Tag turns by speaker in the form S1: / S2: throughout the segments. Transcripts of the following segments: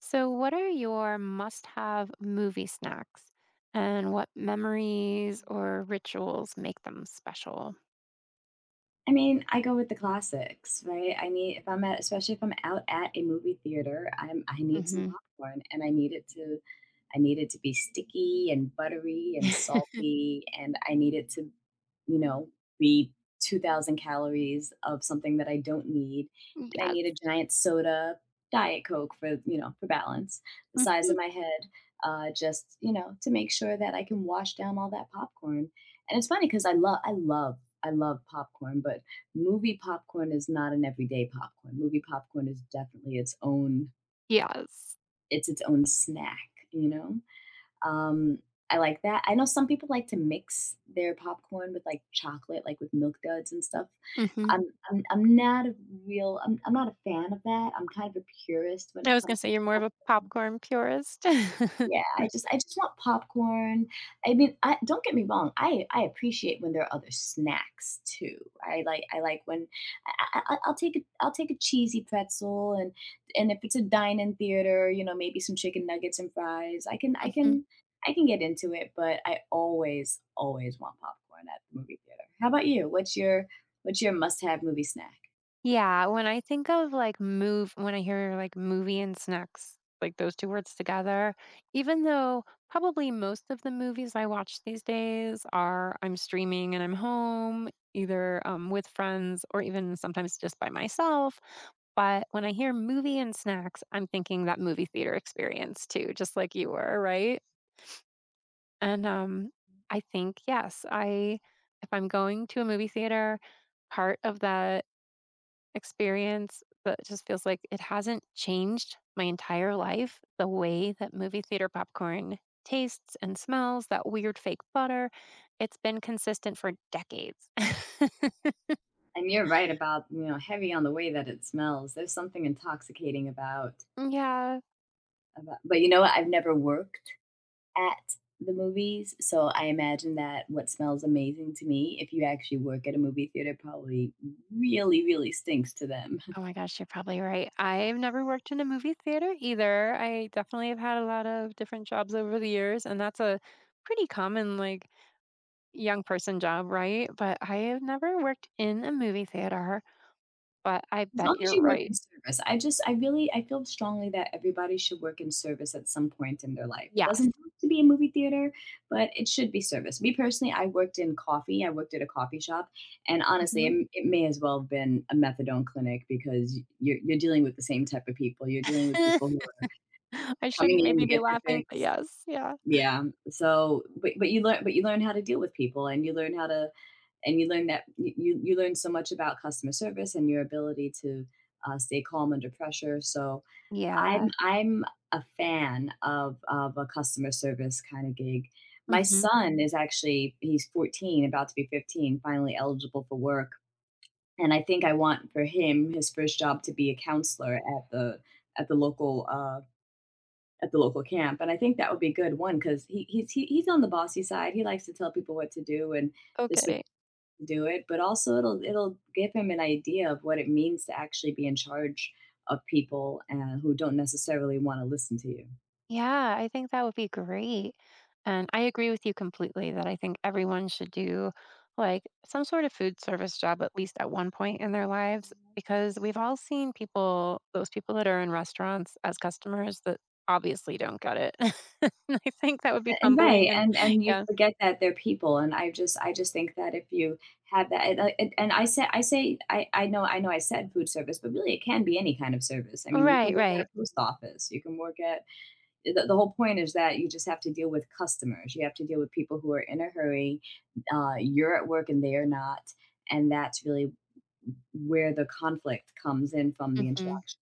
S1: So, what are your must have movie snacks and what memories or rituals make them special?
S2: I mean, I go with the classics, right? I need If I'm at, especially if I'm out at a movie theater, I need some
S1: hmm
S2: popcorn and I need it to be sticky and buttery and salty and I need it to, you know, be 2000 calories of something that I don't need, and I
S1: Yes.
S2: need a giant soda, diet coke for, you know, for balance, the size of
S1: Mhm.
S2: my head, just, you know, to make sure that I can wash down all that popcorn. And it's funny because I love popcorn, but movie popcorn is not an everyday popcorn. Movie popcorn is definitely its own,
S1: Yes.
S2: it's its own snack, you know? Um, I like that. I know some people like to mix their popcorn with like chocolate, like with milk duds and stuff.
S1: hmm
S2: I'm I'm not a real I'm not a fan of that. I'm kind of a purist when
S1: I
S2: it
S1: was going
S2: comes
S1: to
S2: to
S1: say you're more of a
S2: popcorn.
S1: popcorn purist.
S2: Yeah, I just want popcorn. I mean, I don't, get me wrong, I appreciate when there are other snacks too. I like when I'll take a cheesy pretzel, and if it's a dine-in theater, you know, maybe some chicken nuggets and fries.
S1: hmm
S2: I can get into it, but I always always want popcorn at the movie theater. How about you? What's your must-have movie snack?
S1: Yeah, when I think of, like, move when I hear, like, movie and snacks, like, those 2 words together, even though probably most of the movies I watch these days are I'm streaming and I'm home, either, with friends or even sometimes just by myself, but when I hear movie and snacks, I'm thinking that movie theater experience too, just like you were, right? And, I think, yes, I If I'm going to a movie theater, part of that experience, but it just feels like it hasn't changed my entire life. The way that movie theater popcorn tastes and smells, that weird fake butter, it's been consistent for decades.
S2: And you're right about, you know, heavy on the way that it smells. There's something intoxicating about
S1: Yeah.
S2: but you know what? I've never worked at the movies, so I imagine that what smells amazing to me, if you actually work at a movie theater, probably really, really stinks to them.
S1: Oh my gosh, you're probably right. I've never worked in a movie theater either. I definitely have had a lot of different jobs over the years, and that's a pretty common, like, young person job, right? But I have never worked in a movie theater, but I
S2: As long
S1: bet
S2: as
S1: you're
S2: you work in
S1: right.
S2: service, I really, I feel strongly that everybody should work in service at some point in their life. It doesn't
S1: Yes.
S2: have to be a movie theater, but it should be service. Me personally, I worked in coffee. I worked at a coffee shop, and honestly,
S1: hmm
S2: it may as well have been a methadone clinic because you're dealing with the same type of people. You're dealing with people who
S1: I shouldn't
S2: coming in
S1: maybe
S2: to
S1: be
S2: get their
S1: laughing, but
S2: fix.
S1: yes, yeah.
S2: Yeah, so but you learn, how to deal with people, and you learn how to and you learn that you learn so much about customer service and your ability to, stay calm under pressure, so
S1: Yeah.
S2: I'm a fan of a customer service kinda gig. My
S1: Mhm.
S2: son is actually, he's 14, about to be 15, finally eligible for work, and I think I want for him, his first job, to be a counselor at the at the local, uh, at the local camp. And I think that would be a good one because he, he's on the bossy side. He likes to tell people what to do and this way
S1: Okay.
S2: to do it, but also it'll give him an idea of what it means to actually be in charge of people, who don't necessarily want to listen to you.
S1: Yeah, I think that would be great. And I agree with you completely that I think everyone should do, like, some sort of food service job at least at one point in their lives because we've all seen people those people that are in restaurants as customers that obviously don't get it. And I think that would be
S2: And right,
S1: humbling and
S2: and you
S1: yeah.
S2: forget that they're people, and I just think that if you have that, and, I say I know I said food service, but really it can be any kind of service. I mean, you can
S1: Right,
S2: work at
S1: right.
S2: a post office, you can work at the whole point is that you just have to deal with customers. You have to deal with people who are in a hurry. You're at work and they are not, and that's really where the conflict comes in from the
S1: Mhm.
S2: interactions.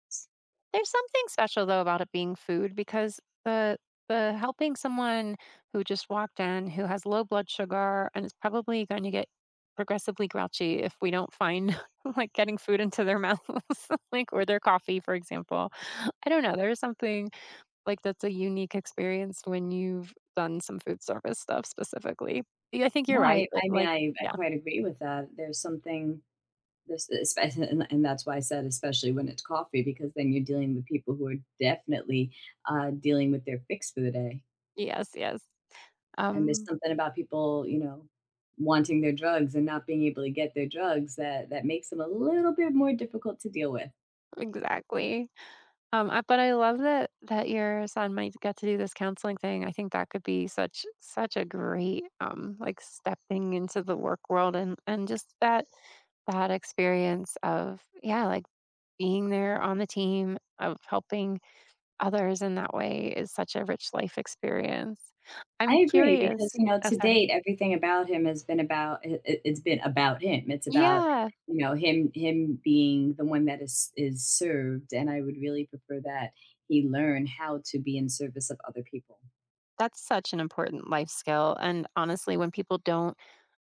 S1: There's something special though about it being food because the helping someone who just walked in who has low blood sugar and is probably going to get progressively grouchy if we don't find like getting food into their mouths like or their coffee, for example. I don't know, there's something like that's a unique experience when you've done some food service stuff specifically. Yeah, I think
S2: No,
S1: you're right, like,
S2: I
S1: yeah.
S2: quite agree with that. There's something and that's why I said, especially when it's coffee, because then you're dealing with people who are definitely dealing with their fix for the day.
S1: Yes, yes.
S2: And there's
S1: um
S2: something about people, you know, wanting their drugs and not being able to get their drugs, that makes him a little bit more difficult to deal with.
S1: exactly. I but I love that that your son might get to do this counseling thing. I think that could be such such a great like stepping into the work world, and just that that experience of yeah, like being there on the team of helping others in that way is such a rich life experience.
S2: I
S1: I'm
S2: agree because,
S1: curious.
S2: you know,
S1: Oh,
S2: to
S1: sorry.
S2: date, everything about him has been about I it's been about him. It's about,
S1: Yeah.
S2: you know, him being the one that is served, and I would really prefer that he learn how to be in service of other people.
S1: That's such an important life skill, and honestly, when people don't,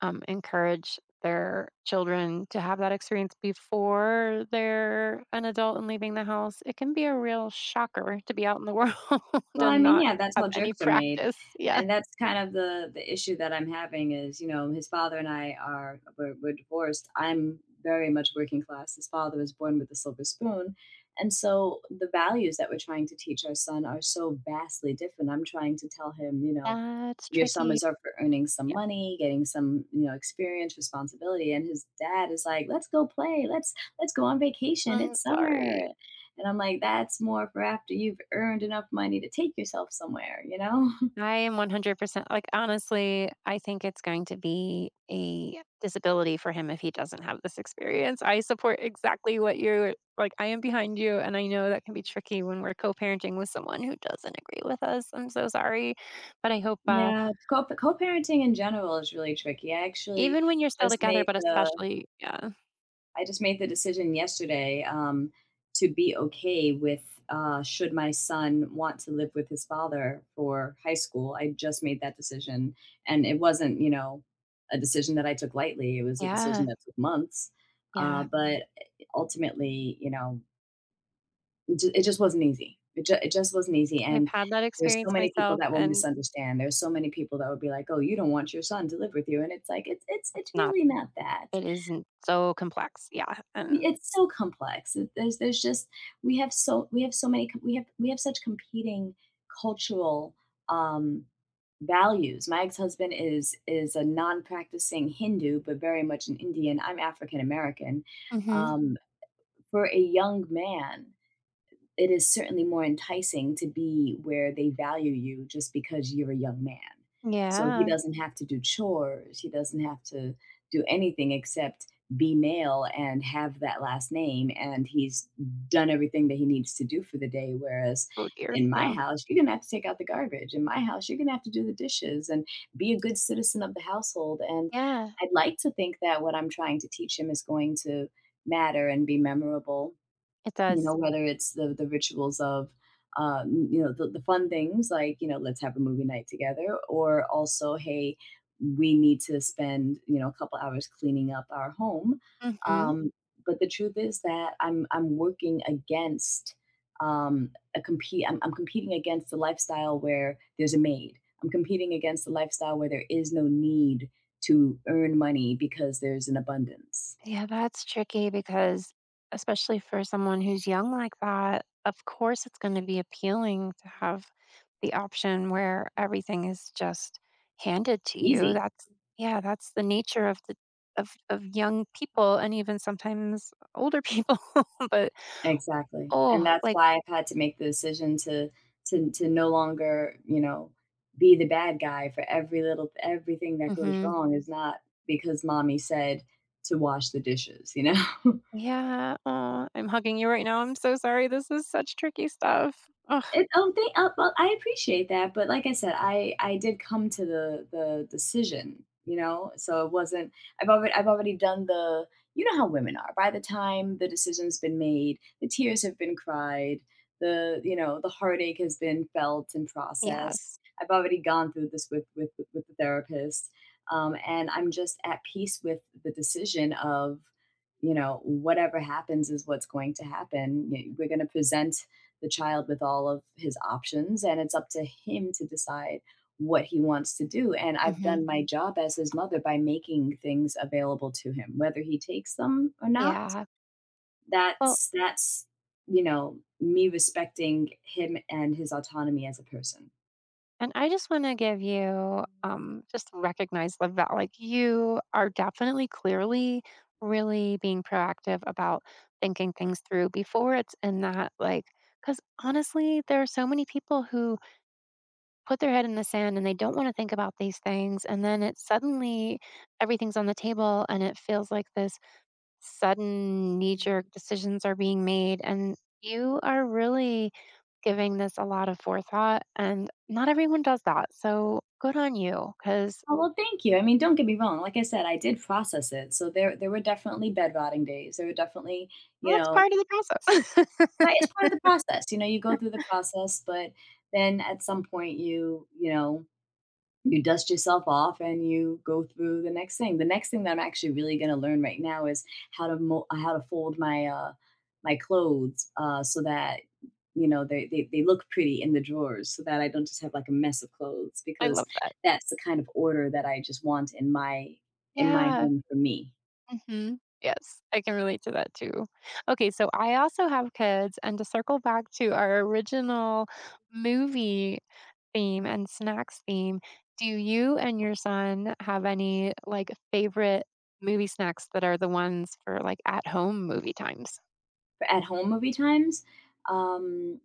S1: encourage their children to have that experience before they're an adult and leaving the house, it can be a real shocker to be out in the world
S2: Well, I
S1: and
S2: mean,
S1: not
S2: yeah, that's
S1: have
S2: how
S1: any
S2: jokes are made,
S1: practice. Yeah.
S2: and that's kind of the issue that I'm having is, you know, his father and I are we're divorced. I'm very much working class. His father was born with a silver spoon, and so the values that we're trying to teach our son are so vastly different. I'm trying to tell him, you know,
S1: That's
S2: your
S1: tricky.
S2: summers are for earning some
S1: Yeah.
S2: money, getting some, you know, experience, responsibility, and his dad is like, "Let's go play. Let's go on vacation.
S1: I'm
S2: It's
S1: sorry.
S2: summer." And I'm like, that's more for after you've earned enough money to take yourself somewhere, you know?
S1: I am 100% like, honestly, I think it's going to be a disability for him if he doesn't have this experience. I support exactly what you're like, I am behind you. And I know that can be tricky when we're co parenting with someone who doesn't agree with us. I'm so sorry. But I hope,
S2: Yeah, co-parenting in general is really tricky. I actually
S1: even when you're still
S2: just
S1: together,
S2: made
S1: but
S2: the
S1: especially, yeah,
S2: I just made the decision yesterday, to be okay with, should my son want to live with his father for high school. I just made that decision, and it wasn't, you know, a decision that I took lightly. It was a decision
S1: yeah,
S2: that took months.
S1: yeah.
S2: But ultimately, you know, it just wasn't easy. It just wasn't easy,
S1: I've
S2: and
S1: had that
S2: there's so
S1: experience
S2: many people
S1: myself,
S2: that will
S1: and
S2: misunderstand. There's so many people that would be like, "Oh, you don't want your son to live with you," and it's like,
S1: it's
S2: it's
S1: not,
S2: really not that.
S1: it isn't so complex. Yeah. And,
S2: It's so complex. It There's just we have so many co we have such competing cultural, um, values. My ex-husband is a non-practicing Hindu, but very much an Indian. I'm African American.
S1: hmm
S2: Um, for a young man, it is certainly more enticing to be where they value you just because you're a young man. So he
S1: yeah.
S2: doesn't have to do chores. He doesn't have to do anything except be male and have that last name. And he's done everything that he needs to do for the day. Whereas
S1: Oh, dear.
S2: in my
S1: Yeah.
S2: house, you're going to have to take out the garbage. In my house, you're going to have to do the dishes and be a good citizen of the household. And
S1: Yeah.
S2: I'd like to think that what I'm trying to teach him is going to matter and be memorable,
S1: It
S2: you know,
S1: does.
S2: whether it's the rituals of, you know, the fun things like, you know, "Let's have a movie night together," or also, "Hey, we need to spend, you know, a couple hours cleaning up our home."
S1: Mhm.
S2: Um, but the truth is that I'm working against, a compete I'm competing against the lifestyle where there's a maid. I'm competing against the lifestyle where there is no need to earn money because there's an abundance.
S1: Yeah, that's tricky because especially for someone who's young like that, of course it's going to be appealing to have the option where everything is just handed to you.
S2: Easy.
S1: That's yeah, that's the nature of the of young people and even sometimes older people. But
S2: Exactly, and
S1: oh,
S2: that's
S1: like
S2: why I've had to make the decision to to no longer, you know, be the bad guy for every little everything that goes
S1: mhm.
S2: wrong is not because mommy said to wash the dishes, you know?
S1: Yeah. Oh, I'm hugging you right now. I'm so sorry. This is such tricky stuff. Oh,
S2: It oh, thank Well, I appreciate that, but like I said, I did come to the decision, you know? So it wasn't I've already done the, you know, how women are. By the time the decision's been made, the tears have been cried, the you know, the heartache has been felt and processed.
S1: yes.
S2: I've already gone through this with the therapist. And I'm just at peace with the decision of, you know, whatever happens is what's going to happen. We're going to present the child with all of his options, and it's up to him to decide what he wants to do. And I've
S1: Mhm.
S2: done my job as his mother by making things available to him, whether he takes them or not.
S1: Yeah. Well,
S2: That's, you know, me respecting him and his autonomy as a person.
S1: and I just want to give you just recognize the like you are definitely clearly really being proactive about thinking things through before it's in that like because honestly there are so many people who put their head in the sand and they don't want to think about these things, and then it suddenly everything's on the table and it feels like this sudden knee jerk decisions are being made, and you are really giving this a lot of forethought, and not everyone does that. So good on you because
S2: Oh, well, thank you. I mean, don't get me wrong, like I said, I did process it, so there were definitely bed rotting days, there were definitely, you
S1: that's
S2: know.
S1: part of the process.
S2: But it's part of the process, you know, you go through the process, but then at some point you, you know, you dust yourself off and you go through the next thing. The next thing that I'm actually really gonna learn right now is how to fold my, my clothes, so that, you know, they look pretty in the drawers so that I don't just have like a mess of clothes,
S1: I
S2: because
S1: love that.
S2: that's the kind of order that I just want in my
S1: Yeah.
S2: home for me.
S1: hmm Yes, I can relate to that too. Okay, so I also have kids, and to circle back to our original movie theme and snacks theme, do you and your son have any like favorite movie snacks that are the ones for like at home movie times?
S2: For at home movie times, um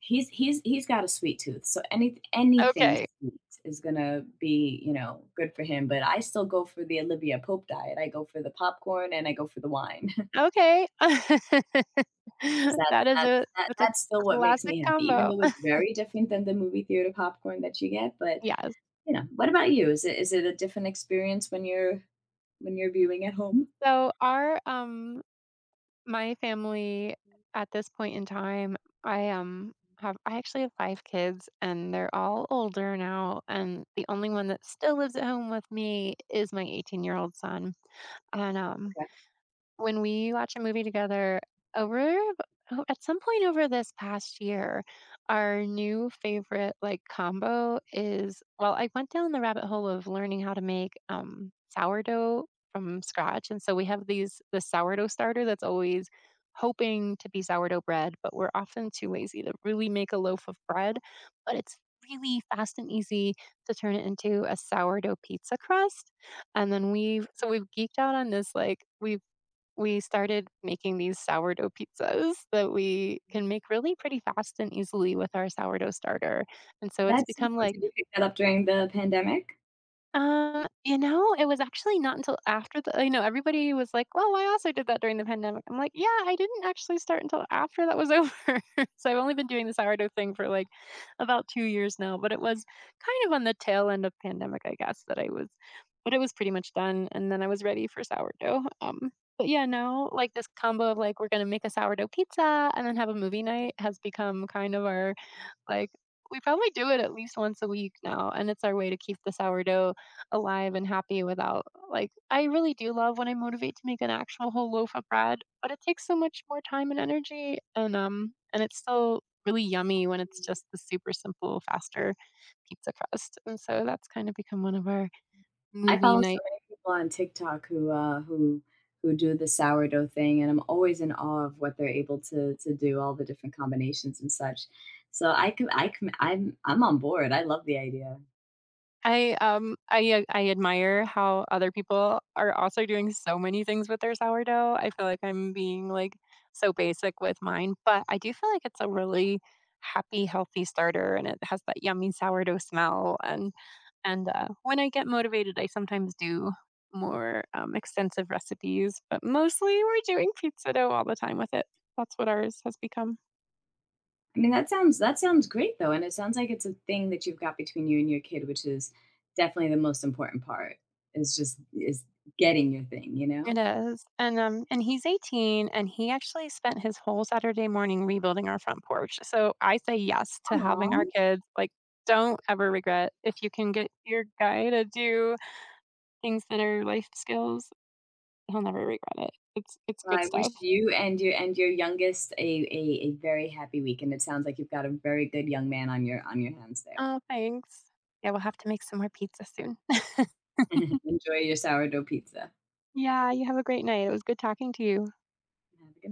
S2: He's got a sweet tooth, so anything
S1: Okay.
S2: sweet is gonna be, you know, good for him, but I still go for the Olivia Pope diet. I go for the popcorn and I go for the wine.
S1: Okay.
S2: That's
S1: That is
S2: that's
S1: a
S2: that
S1: that's a
S2: that's still what makes
S1: classic
S2: me happy, even
S1: combo.
S2: though it's very different than the movie theater popcorn that you get, but,
S1: Yes.
S2: you know, what about you? Is it a different experience when you're viewing at home?
S1: So our, my family at this point in time, I, um, I actually have 5 kids, and they're all older now, and the only one that still lives at home with me is my 18-year-old son, and,
S2: Okay.
S1: when we watch a movie together over oh, at some point over this past year, our new favorite like combo is well, I went down the rabbit hole of learning how to make sourdough from scratch, and so we have the sourdough starter that's always hoping to be sourdough bread, but we're often too lazy to really make a loaf of bread. But it's really fast and easy to turn it into a sourdough pizza crust, and then we've geeked out on this like we started making these sourdough pizzas that we can make really pretty fast and easily with our sourdough starter. And so it's
S2: That's, did
S1: become like
S2: you pick that up during the pandemic?
S1: you know, it was actually not until after the you know, everybody was like, "Well, I also did that during the pandemic." I'm like, "Yeah, I didn't actually start until after that was over." So I've only been doing the sourdough thing for, like, about 2 years now, but it was kind of on the tail end of pandemic, I guess, that I was but it was pretty much done, and then I was ready for sourdough, but yeah, now, like, this combo of, like, we're gonna make a sourdough pizza and then have a movie night has become kind of our like, we probably do it at least once a week now, and it's our way to keep the sourdough alive and happy without like, I really do love when I motivate to make an actual whole loaf of bread, but it takes so much more time and energy, and it's still really yummy when it's just the super simple, faster pizza crust, and so that's kind of become one of our
S2: I
S1: movie
S2: follow so
S1: night.
S2: many people on TikTok who, who do the sourdough thing, and I'm always in awe of what they're able to do, all the different combinations and such. So I'm on board. I love the idea.
S1: I admire how other people are also doing so many things with their sourdough. I feel like I'm being like so basic with mine, but I do feel like it's a really happy, healthy starter, and it has that yummy sourdough smell. And when I get motivated, I sometimes do more extensive recipes, but mostly we're doing pizza dough all the time with it. That's what ours has become.
S2: I mean, that sounds great though, and it sounds like it's a thing that you've got between you and your kid, which is definitely the most important part. Is just is getting your thing, you
S1: It
S2: know?
S1: is, and, and he's 18, and he actually spent his whole Saturday morning rebuilding our front porch, so I say yes to having
S2: Aw.
S1: our kids, like, don't ever regret if you can get your guy to do things that are life skills, he'll never regret it. It's
S2: Well,
S1: good
S2: I
S1: stuff.
S2: wish you and your youngest a very happy weekend. It sounds like you've got a very good young man on your hands there.
S1: Oh, thanks. Yeah, we'll have to make some more pizza soon.
S2: Enjoy your sourdough pizza.
S1: Yeah, you have a great night, it was good talking to you.
S2: Have a good